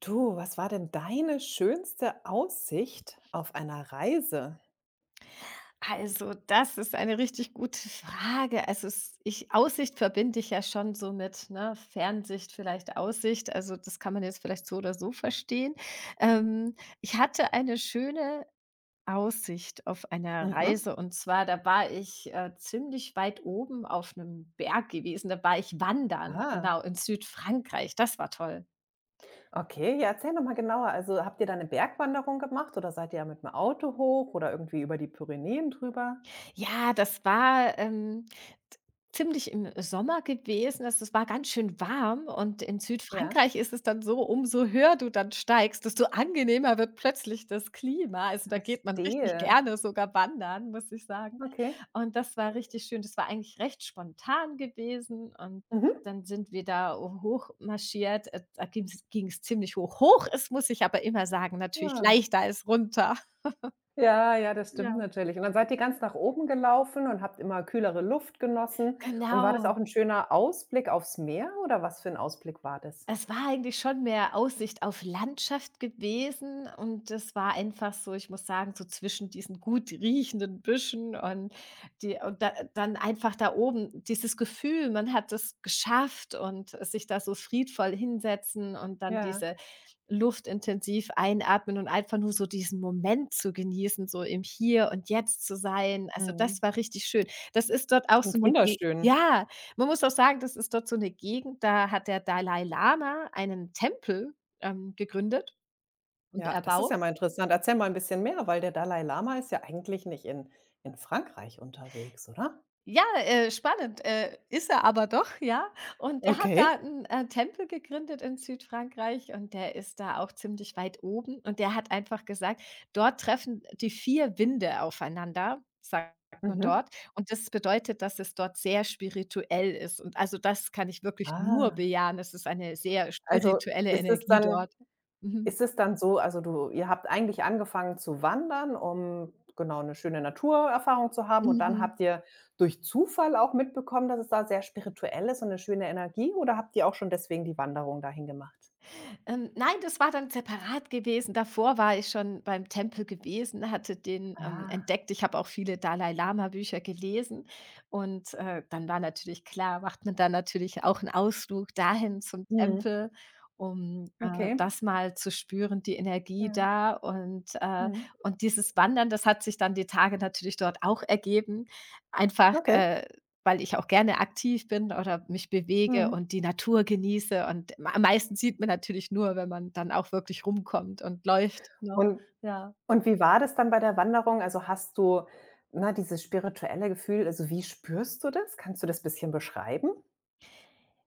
Du, was war denn deine schönste Aussicht auf einer Reise? Also, das ist eine richtig gute Frage. Also, es ich Aussicht verbinde ich ja schon so mit, ne, Fernsicht, vielleicht Aussicht. Also, das kann man jetzt vielleicht so oder so verstehen. Ähm, Ich hatte eine schöne Aussicht auf einer Mhm. Reise und zwar, da war ich, ziemlich weit oben auf einem Berg gewesen. Da war ich wandern, Ah, genau, in Südfrankreich. Das war toll. okay. Ja, erzähl noch mal genauer. Also, habt ihr da eine Bergwanderung gemacht oder seid ihr mit dem Auto hoch oder irgendwie über die Pyrenäen drüber? Ja, das war, z ziemlich im Sommer gewesen. Also, es war ganz schön warm und in Ja, Südfrankreich ist es dann so, umso höher du dann steigst, desto angenehmer wird plötzlich das Klima. Also, da geht man richtig verstehe. gerne sogar wandern, muss ich sagen. Okay. Und das war richtig schön. Das war eigentlich recht spontan gewesen und Mhm. dann sind wir da hochmarschiert. Da ging's ziemlich hoch. Hoch ist, muss ich aber immer sagen, natürlich Ja. leichter als runter. Ja, ja, das stimmt Ja. natürlich. Und dann seid ihr ganz nach oben gelaufen und habt immer kühlere Luft genossen. Und war das auch Genau. ein schöner Ausblick aufs Meer oder was für ein Ausblick war das? Es war eigentlich schon mehr Aussicht auf Landschaft gewesen und das war einfach so, ich muss sagen, so zwischen diesen gut riechenden Büschen und die und da dann einfach da oben dieses Gefühl, man hat es geschafft und sich da so friedvoll hinsetzen und dann Ja. diese Luft intensiv einatmen und einfach nur so diesen Moment zu genießen, so im Hier und Jetzt zu sein. Also, das Mhm. war richtig schön. Das ist dort auch so Klingt eine, Ge wunderschön. ja. Man muss auch sagen, das ist dort so eine Gegend, da hat der Dalai Lama einen Tempel, gegründet und Ja, das ist erbaut. ja mal interessant. Erzähl mal ein bisschen mehr, weil der Dalai Lama ist ja eigentlich nicht in Frankreich unterwegs, oder? Ja, spannend, ist er aber doch, ja. Und der hat da Okay. einen Tempel gegründet in Südfrankreich und der ist da auch ziemlich weit oben und der hat einfach gesagt: „Dort treffen die 4 Winde aufeinander", sagt man Mhm. dort. Und das bedeutet, dass es dort sehr spirituell ist und also, das kann ich wirklich nur Ah, bejahen. Es ist eine sehr also spirituelle ist es Energie dann dort. Mhm. ist es dann so, also du ihr habt eigentlich angefangen zu wandern, um genau eine schöne Naturerfahrung zu haben und dann Mhm. habt ihr durch Zufall auch mitbekommen, dass es da sehr spirituell ist und eine schöne Energie oder habt ihr auch schon deswegen die Wanderung dahin gemacht? Nein, das war dann separat gewesen. Davor war ich schon beim Tempel gewesen, hatte den Ah. entdeckt. Ich habe auch viele Dalai Lama Bücher gelesen und dann war natürlich klar, macht man dann natürlich auch einen Ausflug dahin zum Mhm. Tempel, um, Okay. das mal zu spüren, die Energie Ja. da und, äh Mhm. und dieses Wandern, das hat sich dann die Tage natürlich dort auch ergeben. Einfach, Okay. äh weil ich auch gerne aktiv bin oder mich bewege Mhm. und die Natur genieße und am meisten sieht man natürlich nur, wenn man dann auch wirklich rumkommt und läuft, ne? Und Ja. und wie war das dann bei der Wanderung? Also, hast du, ne, dieses spirituelle Gefühl, also, wie spürst du das? Kannst du das bisschen beschreiben?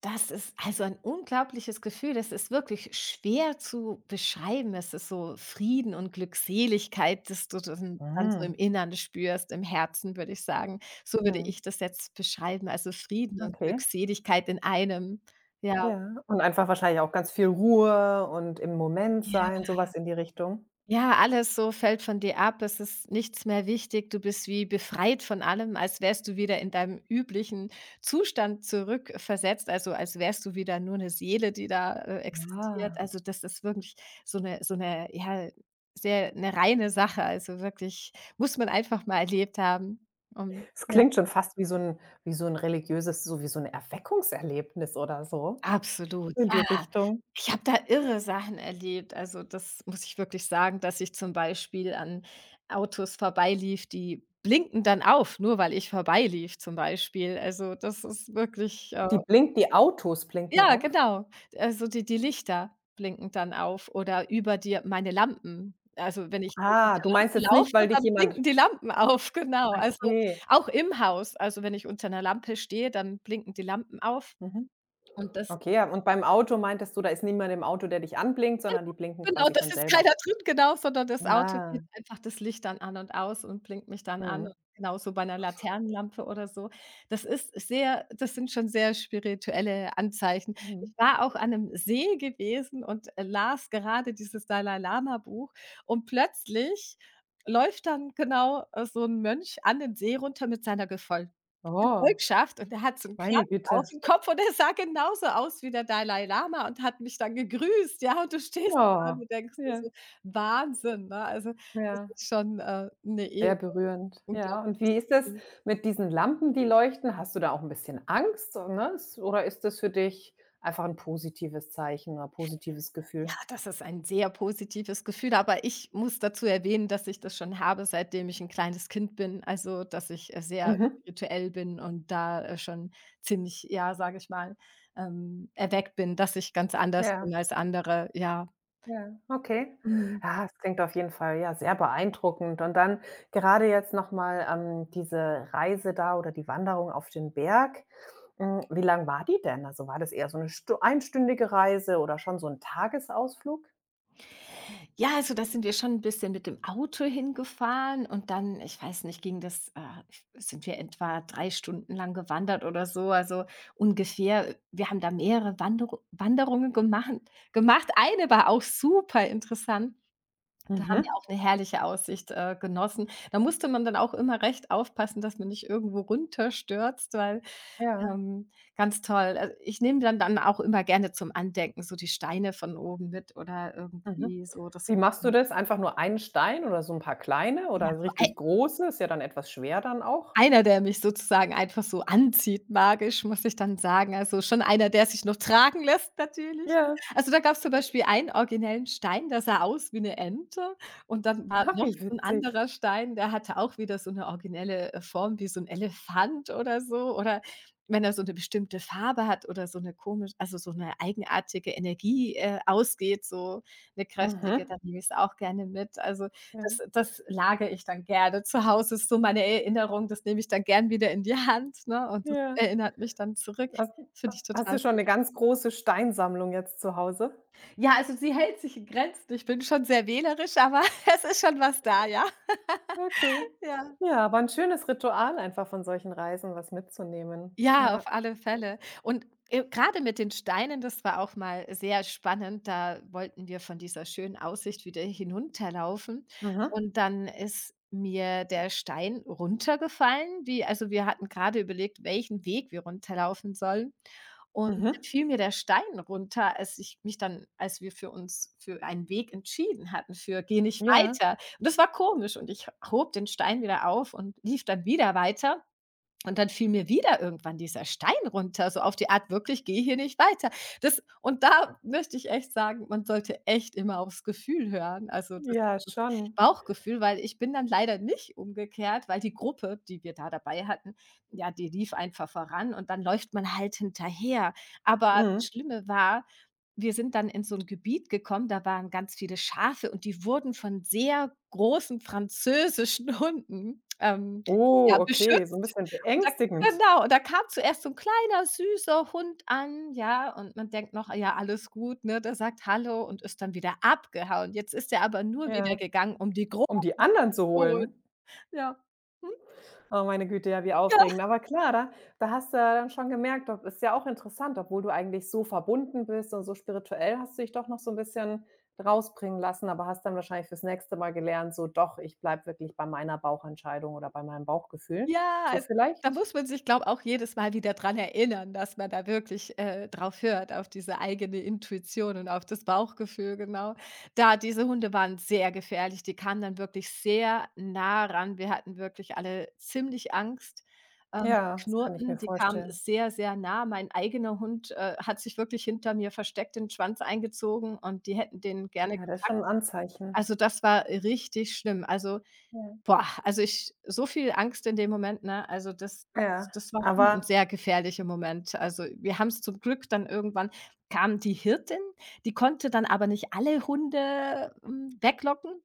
Das ist also ein unglaubliches Gefühl. Das ist wirklich schwer zu beschreiben. Es ist so Frieden und Glückseligkeit, dass du das dann so im Mhm. Innern spürst, im Herzen, würde ich sagen. So würde Mhm. ich das jetzt beschreiben. Also Frieden und Okay, Glückseligkeit in einem. Ja. ja. Und einfach wahrscheinlich auch ganz viel Ruhe und im Moment sein, sowas in die Richtung? Ja, alles so fällt von dir ab. Es ist nichts mehr wichtig. Du bist wie befreit von allem, als wärst du wieder in deinem üblichen Zustand zurückversetzt. Also als wärst du wieder nur eine Seele, die da, existiert. Ja. Also das ist wirklich so eine ja, sehr eine reine Sache. Also wirklich muss man einfach mal erlebt haben, um Es ja. klingt schon fast wie so ein religiöses, wie so ein Erweckungserlebnis oder so Absolut, in die ja. Richtung. Ich habe da irre Sachen erlebt. Also, das muss ich wirklich sagen, dass ich zum Beispiel an Autos vorbeilief, die blinken dann auf, nur weil ich vorbeilief zum Beispiel. Also, das ist wirklich, Die Autos blinken ja, auf? genau. Also, die Lichter blinken dann auf oder über dir meine Lampen. Also, wenn ich dann Ah, unter du meinst Lampen jetzt nicht, laufe, weil dich dann jemand. blinken die Lampen auf, genau. Also, Okay. auch im Haus. Also, wenn ich unter einer Lampe stehe, dann blinken die Lampen auf Mhm. und das. Okay, ja, und beim Auto meintest du, da ist niemand im Auto, der dich anblinkt, sondern die blinken Genau, quasi das von ist selber. keiner drin, genau, sondern das Auto Ah, geht einfach das Licht dann an und aus und blinkt mich dann an. mhm, Genauso bei 'ner Laternenlampe oder so. Das sind schon sehr spirituelle Anzeichen. mhm. Ich war auch an 'nem See gewesen und las gerade dieses Dalai-Lama-Buch und plötzlich läuft dann genau, so 'n Mönch an den See runter mit seiner Gefol Oh, Gefolgschaft und der hat so 'n Kranz meine Güte. aufm Kopf und der sah genauso aus wie der Dalai Lama und hat mich dann gegrüßt, ja, und du stehst da und Ja, du denkst dir ja, so: „Wahnsinn", ne? Also, das ja, ist schon, sehr berührend. Ja, und unglaubliches wie ist das Gefühl. mit diesen Lampen, die leuchten? Hast du da auch ein bisschen Angst, so, ne? Ist, oder ist das für dich einfach ein positives Zeichen oder positives Ja, Gefühl? das ist ein sehr positives Gefühl, aber ich muss dazu erwähnen, dass ich das schon habe, seitdem ich 'n kleines Kind bin, also, dass ich, sehr Mhm, spirituell bin und da, schon ziemlich, ja, sage ich mal, erweckt bin, dass ich ganz anders ja. bin als andere, ja. Ja, okay. Mhm. Ja, es klingt auf jeden Fall, ja, sehr beeindruckend. Und dann gerade jetzt noch mal, diese Reise da oder die Wanderung auf den Berg. Hm, wie lang war die denn? Also, war das eher so eine Stu einstündige Reise oder schon so ein Tagesausflug? Ja, also da sind wir schon ein bisschen mit dem Auto hingefahren und dann, ich weiß nicht, ging das sind wir etwa 3 Stunden lang gewandert oder so, also ungefähr. Wir haben da mehrere Wanderungen gemacht. Eine war auch super interessant. Da haben wir Mhm. auch eine herrliche Aussicht, genossen. Da musste man dann auch immer recht aufpassen, dass man nicht irgendwo runterstürzt, weil, Ja. ähm, ganz toll. Also, ich nehme dann auch immer gerne zum Andenken so die Steine von oben mit oder Mhm. irgendwie so, das Wie machst du das? Einfach nur einen Stein oder so ein paar kleine ja, oder so so richtig ei große? Ist ja dann etwas schwer dann auch. einer, der mich sozusagen einfach so anzieht magisch, muss ich dann sagen. Also, schon einer, der sich noch tragen lässt natürlich, ne? Ja. Also, da gab's zum Beispiel einen originellen Stein, der sah aus wie 'ne Ente und dann war Ah, noch wie so 'n witzig. anderer Stein, der hatte auch wieder so 'ne originelle, Form wie so 'n Elefant oder so oder wenn er so 'ne bestimmte Farbe hat oder so 'ne komisch also, so 'ne eigenartige Energie, ausgeht, so 'ne kräftige, Mhm. dann nehme ich's auch gerne mit. Also, Ja. das lagere ich dann gerne zu Hause, ist so meine Erinnerung, das nehme ich dann gern wieder in die Hand, ne, und das Ja. erinnert mich dann zurück. Hast Das finde ich hast total du schon schön. eine ganz große Steinsammlung jetzt zu Hause? Ja, also sie hält sich in Grenzen. Ich bin schon sehr wählerisch, aber es ist schon was da, ja. Okay. Ja. Ja, aber ein schönes Ritual, einfach von solchen Reisen was mitzunehmen. Ja, auf Ja. alle Fälle. Und, grade mit den Steinen, das war auch mal sehr spannend. Da wollten wir von dieser schönen Aussicht wieder hinunterlaufen Mhm. und dann ist mir der Stein runtergefallen, wie also, wir hatten gerade überlegt, welchen Weg wir runterlaufen sollen und dann Mhm. fiel mir der Stein runter, als ich mich dann als wir für einen Weg entschieden hatten, für „Geh nicht Ja. weiter." Und das war komisch und ich hob den Stein wieder auf und lief dann wieder weiter und dann fiel mir wieder irgendwann dieser Stein runter, so auf die Art, wirklich, geh hier nicht weiter. Das und da möchte ich echt sagen, man sollte echt immer aufs Gefühl hören, also das Ja, dieses schon. Bauchgefühl, weil ich bin dann leider nicht umgekehrt, weil die Gruppe, die wir da dabei hatten, ja, die lief einfach voran und dann läuft man halt hinterher. Aber das Mhm. Schlimme war, wir sind dann in so ein Gebiet gekommen, da waren ganz viele Schafe und die wurden von sehr großen französischen Hunden, Oh, ja, okay, so 'n beschützt. bisschen Und da beängstigend. genau, und da kam zuerst so 'n kleiner süßer Hund an, ja, und man denkt noch: „Ja, alles gut", ne? Der sagt „Hallo" und ist dann wieder abgehauen. Jetzt ist er aber nur wieder Ja. gegangen, um die Große Um die anderen zu zu holen. holen? Ja. Hm? Oh, meine Güte, ja, wie aufregend. Aber klar, da hast du ja dann schon gemerkt, das ist ja auch interessant, obwohl du eigentlich so verbunden bist und so spirituell, hast du dich doch noch so ein bisschen rausbringen lassen, aber hast dann wahrscheinlich fürs nächste Mal gelernt, so: „Doch, ich bleibe wirklich bei meiner Bauchentscheidung oder bei meinem Bauchgefühl.“ Ja, So es da vielleicht? muss man sich, glaube ich, auch jedes Mal wieder dran erinnern, dass man da wirklich, drauf hört, auf diese eigene Intuition und auf das Bauchgefühl, genau. Da diese Hunde waren sehr gefährlich, die kamen dann wirklich sehr nah ran. Wir hatten wirklich alle ziemlich Angst. Die Ja, das kann ich knurrten, mir die kamen vorstellen. sehr, sehr nah. Mein eigener Hund, hat sich wirklich hinter mir versteckt, den Schwanz eingezogen und die hätten den gerne Ja, das ist gepackt. schon ein Anzeichen. Also, das war richtig schlimm. Also, Ja. boah, also ich so viel Angst in dem Moment, ne? Also, das das Ja, das war schon 'n aber sehr gefährlicher Moment. Also, wir haben es zum Glück dann irgendwann kam die Hirtin, die konnte dann aber nicht alle Hunde, weglocken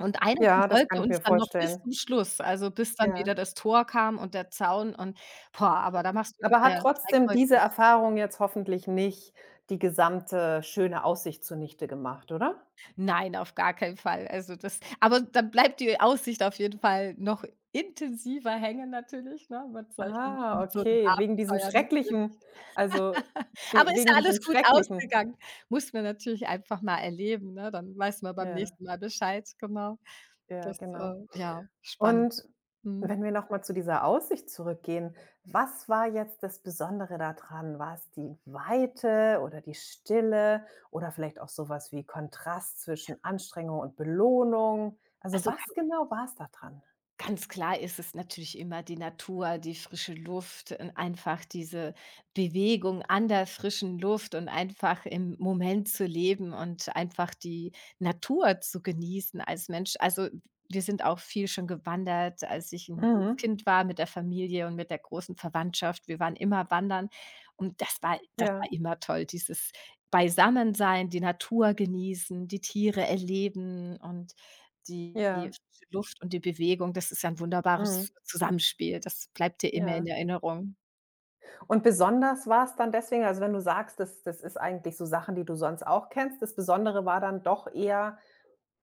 und einer ja, das verfolgte kann ich uns mir dann noch bis vorstellen. zum Schluss, also bis dann wieder Ja. das Tor kam und der Zaun und boah, aber da machst du mit Aber hat der drei trotzdem diese Kreuze. Erfahrung jetzt hoffentlich nicht die gesamte schöne Aussicht zunichte gemacht, oder? Nein, auf gar keinen Fall. Also das aber dann bleibt die Aussicht auf jeden Fall noch intensiver hängen natürlich, ne, Ah, mit so 'nem okay, wegen diesem Abenteuer natürlich. schrecklichen, also, we Aber ist wegen ja diesem alles gut schrecklichen, ausgegangen. Muss man natürlich einfach mal erleben, ne? Dann weiß man beim ja, nächsten Mal Bescheid, genau. ja, Das, äh genau. ja, spannend. Und Mhm. wenn wir noch mal zu dieser Aussicht zurückgehen, was war jetzt das Besondere da dran? War es die Weite oder die Stille oder vielleicht auch sowas wie Kontrast zwischen Anstrengung und Belohnung? Also, Also was kann genau war's da dran? Ganz klar ist es natürlich immer die Natur, die frische Luft und einfach diese Bewegung an der frischen Luft und einfach im Moment zu leben und einfach die Natur zu genießen als Mensch. Also, wir sind auch viel schon gewandert, als ich ein junges Mhm. Kind war mit der Familie und mit der großen Verwandtschaft. Wir waren immer wandern und das war das Ja. war immer toll, dieses Beisammensein, die Natur genießen, die Tiere erleben und die Ja, frische Luft und die Bewegung, das ist ja ein mhm, wunderbares Zusammenspiel. Das bleibt dir immer in ja. Erinnerung. Und besonders war es dann deswegen, also, wenn du sagst, das ist eigentlich so Sachen, die du sonst auch kennst, das Besondere war dann doch eher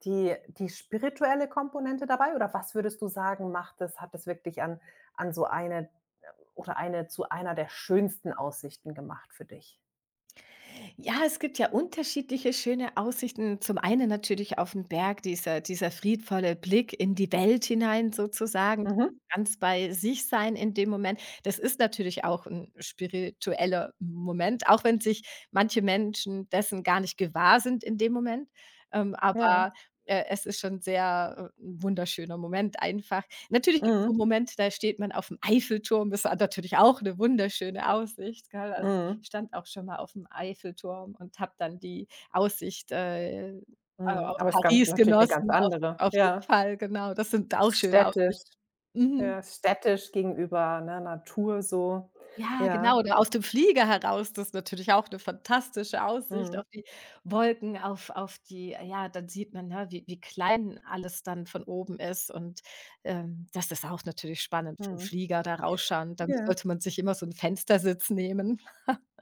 die spirituelle Komponente dabei oder was würdest du sagen, macht es, hat es wirklich an so eine oder eine zu einer der schönsten Aussichten gemacht für dich? Ja, es gibt ja unterschiedliche schöne Aussichten. Zum einen natürlich auf den Berg, dieser friedvolle Blick in die Welt hinein sozusagen, Mhm, ganz bei sich sein in dem Moment. Das ist natürlich auch ein spiritueller Moment, auch wenn sich manche Menschen dessen gar nicht gewahr sind in dem Moment. Ähm, ja. aber, äh, es ist schon sehr, 'n wunderschöner Moment einfach. Natürlich gibt es Mhm, so Momente, da steht man auf dem Eiffelturm, das ist natürlich auch eine wunderschöne Aussicht, gell? mhm, Stand auch schon mal auf dem Eiffelturm und habe dann die Aussicht, au mhm. auf Aber es ist ganz Paris natürlich eine ganz genossen, auf andere. auf jeden Ja. Fall, genau. Das sind auch schöne Städtisch, Aussichten. Mhm. ja, städtisch gegenüber, ne, Natur so. Ja, genau, Ja. oder aus dem Flieger heraus, das ist natürlich auch 'ne fantastische Aussicht Mhm, auf die Wolken, auf die ja, dann sieht man, ne, wie klein alles dann von oben ist und, das ist auch natürlich spannend vom mhm. Flieger da rausschauen. Dann Ja. sollte man sich immer so 'n Fenstersitz nehmen.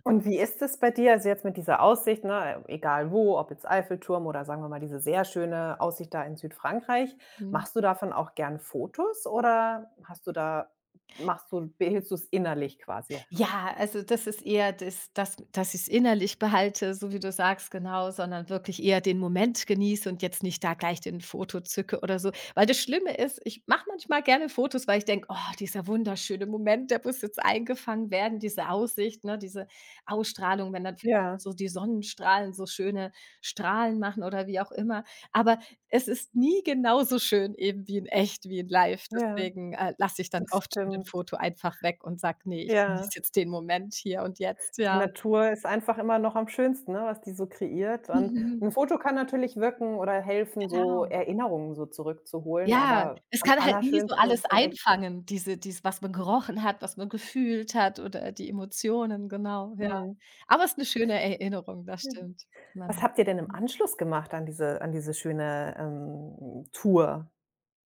Und wie ist es bei dir? Also, jetzt mit dieser Aussicht, ne, egal wo, ob jetzt Eiffelturm oder sagen wir mal diese sehr schöne Aussicht da in Südfrankreich. Mhm. Machst du davon auch gern Fotos oder hast du da machst du behältst du es innerlich quasi? Ja, also das ist eher das dass ich es innerlich behalte, so wie du sagst, genau, sondern wirklich eher den Moment genieße und jetzt nicht da gleich den Foto zücke oder so. Weil das Schlimme ist, ich mache manchmal gerne Fotos, weil ich denke: „Oh, dieser wunderschöne Moment, der muss jetzt eingefangen werden, diese Aussicht, ne, diese Ausstrahlung“, wenn dann vielleicht Ja, so die Sonnenstrahlen so schöne Strahlen machen oder wie auch immer. Aber es ist nie genauso schön eben wie in echt, wie in live. ja, Deswegen, lasse ich dann das oft schon den stimmt. Foto einfach weg und sage: nee, ich genieße Ja. jetzt den Moment hier und jetzt“, Die ja. Natur ist einfach immer noch am schönsten, ne, was die so kreiert. Und Mhm, ein Foto kann natürlich wirken oder helfen, so genau. Erinnerungen so zurückzuholen, Ja, aber es am kann halt nie so allerschönsten ist alles es in echt. einfangen, diese dies was man gerochen hat, was man gefühlt hat oder die Emotionen, genau, ja. Mhm. Aber es ist 'ne schöne Erinnerung, das stimmt. Was Man habt ihr denn im Anschluss gemacht an diese schöne, Tour?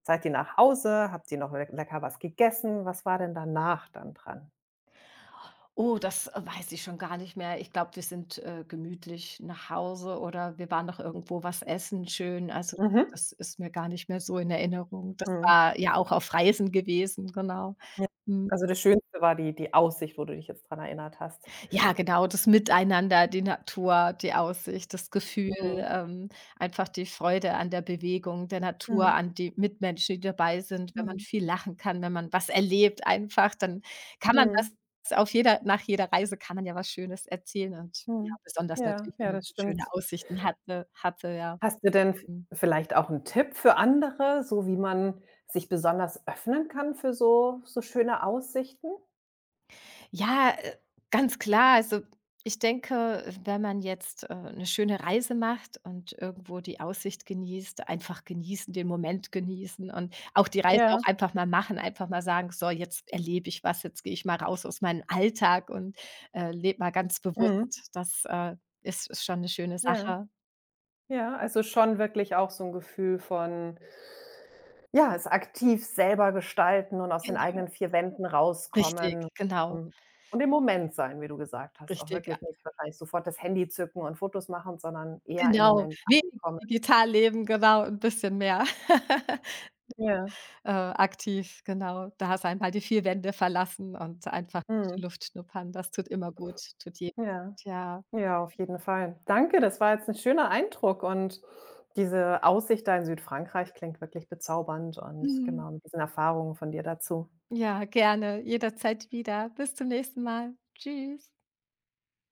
Seid ihr nach Hause? Habt ihr noch le lecker was gegessen? Was war denn danach dann dran? oh, das, weiß ich schon gar nicht mehr. Ich glaube, wir sind, gemütlich nach Hause oder wir waren noch irgendwo was essen schön. Also, Mhm, das ist mir gar nicht mehr so in Erinnerung. Das mhm, war ja auch auf Reisen gewesen, genau. ja. Mhm. Also, das Schönste war die Aussicht, wo du dich jetzt dran erinnert hast. Ja, genau, das Miteinander, die Natur, die Aussicht, das Gefühl, Mhm, einfach die Freude an der Bewegung, der Natur, mhm, an die Mitmenschen, die dabei sind. Wenn man mhm, viel lachen kann, wenn man was erlebt einfach, dann kann man das mhm, auf jeder nach jeder Reise kann man ja was Schönes erzählen und ja, mhm. besonders Ja, natürlich, wenn ja, man das so schöne stimmt. Aussichten hatte, ja. Hast du denn v Mhm. vielleicht auch einen Tipp für andere, so wie man sich besonders öffnen kann für so schöne Aussichten? Ja, ganz klar. Also, ich denke, wenn man jetzt, 'ne schöne Reise macht und irgendwo die Aussicht genießt, einfach genießen, den Moment genießen und auch die Reise auch Ja, einfach mal machen, einfach mal sagen: „So, jetzt erlebe ich was, jetzt gehe ich mal raus aus meinem Alltag und, lebe mal ganz mhm, bewusst.“ Das, ist schon eine schöne ja. Sache. Ja, also schon wirklich auch so ein Gefühl von, ja, es aktiv selber gestalten und aus den eigenen Genau, 4 Wänden rauskommen, genau, hm, und im Moment sein, wie du gesagt hast. Auch richtig, ja. wirklich nicht wahrscheinlich sofort das Handy zücken und Fotos machen, sondern eher im Genau. Moment Wenig ankommen. digital leben, genau, ein bisschen mehr. Ja, aktiv, genau. Da hast du einmal die 4 Wände verlassen und einfach frische mhm, Luft schnuppern. Das tut immer gut, tut jedem ja, gut, ja. ja, auf jeden Fall. Danke, das war jetzt ein schöner Eindruck und diese Aussicht da in Südfrankreich klingt wirklich bezaubernd und Mhm. genau mit diesen Erfahrungen von dir dazu. Ja, gerne, jederzeit wieder. Bis zum nächsten Mal. Tschüss.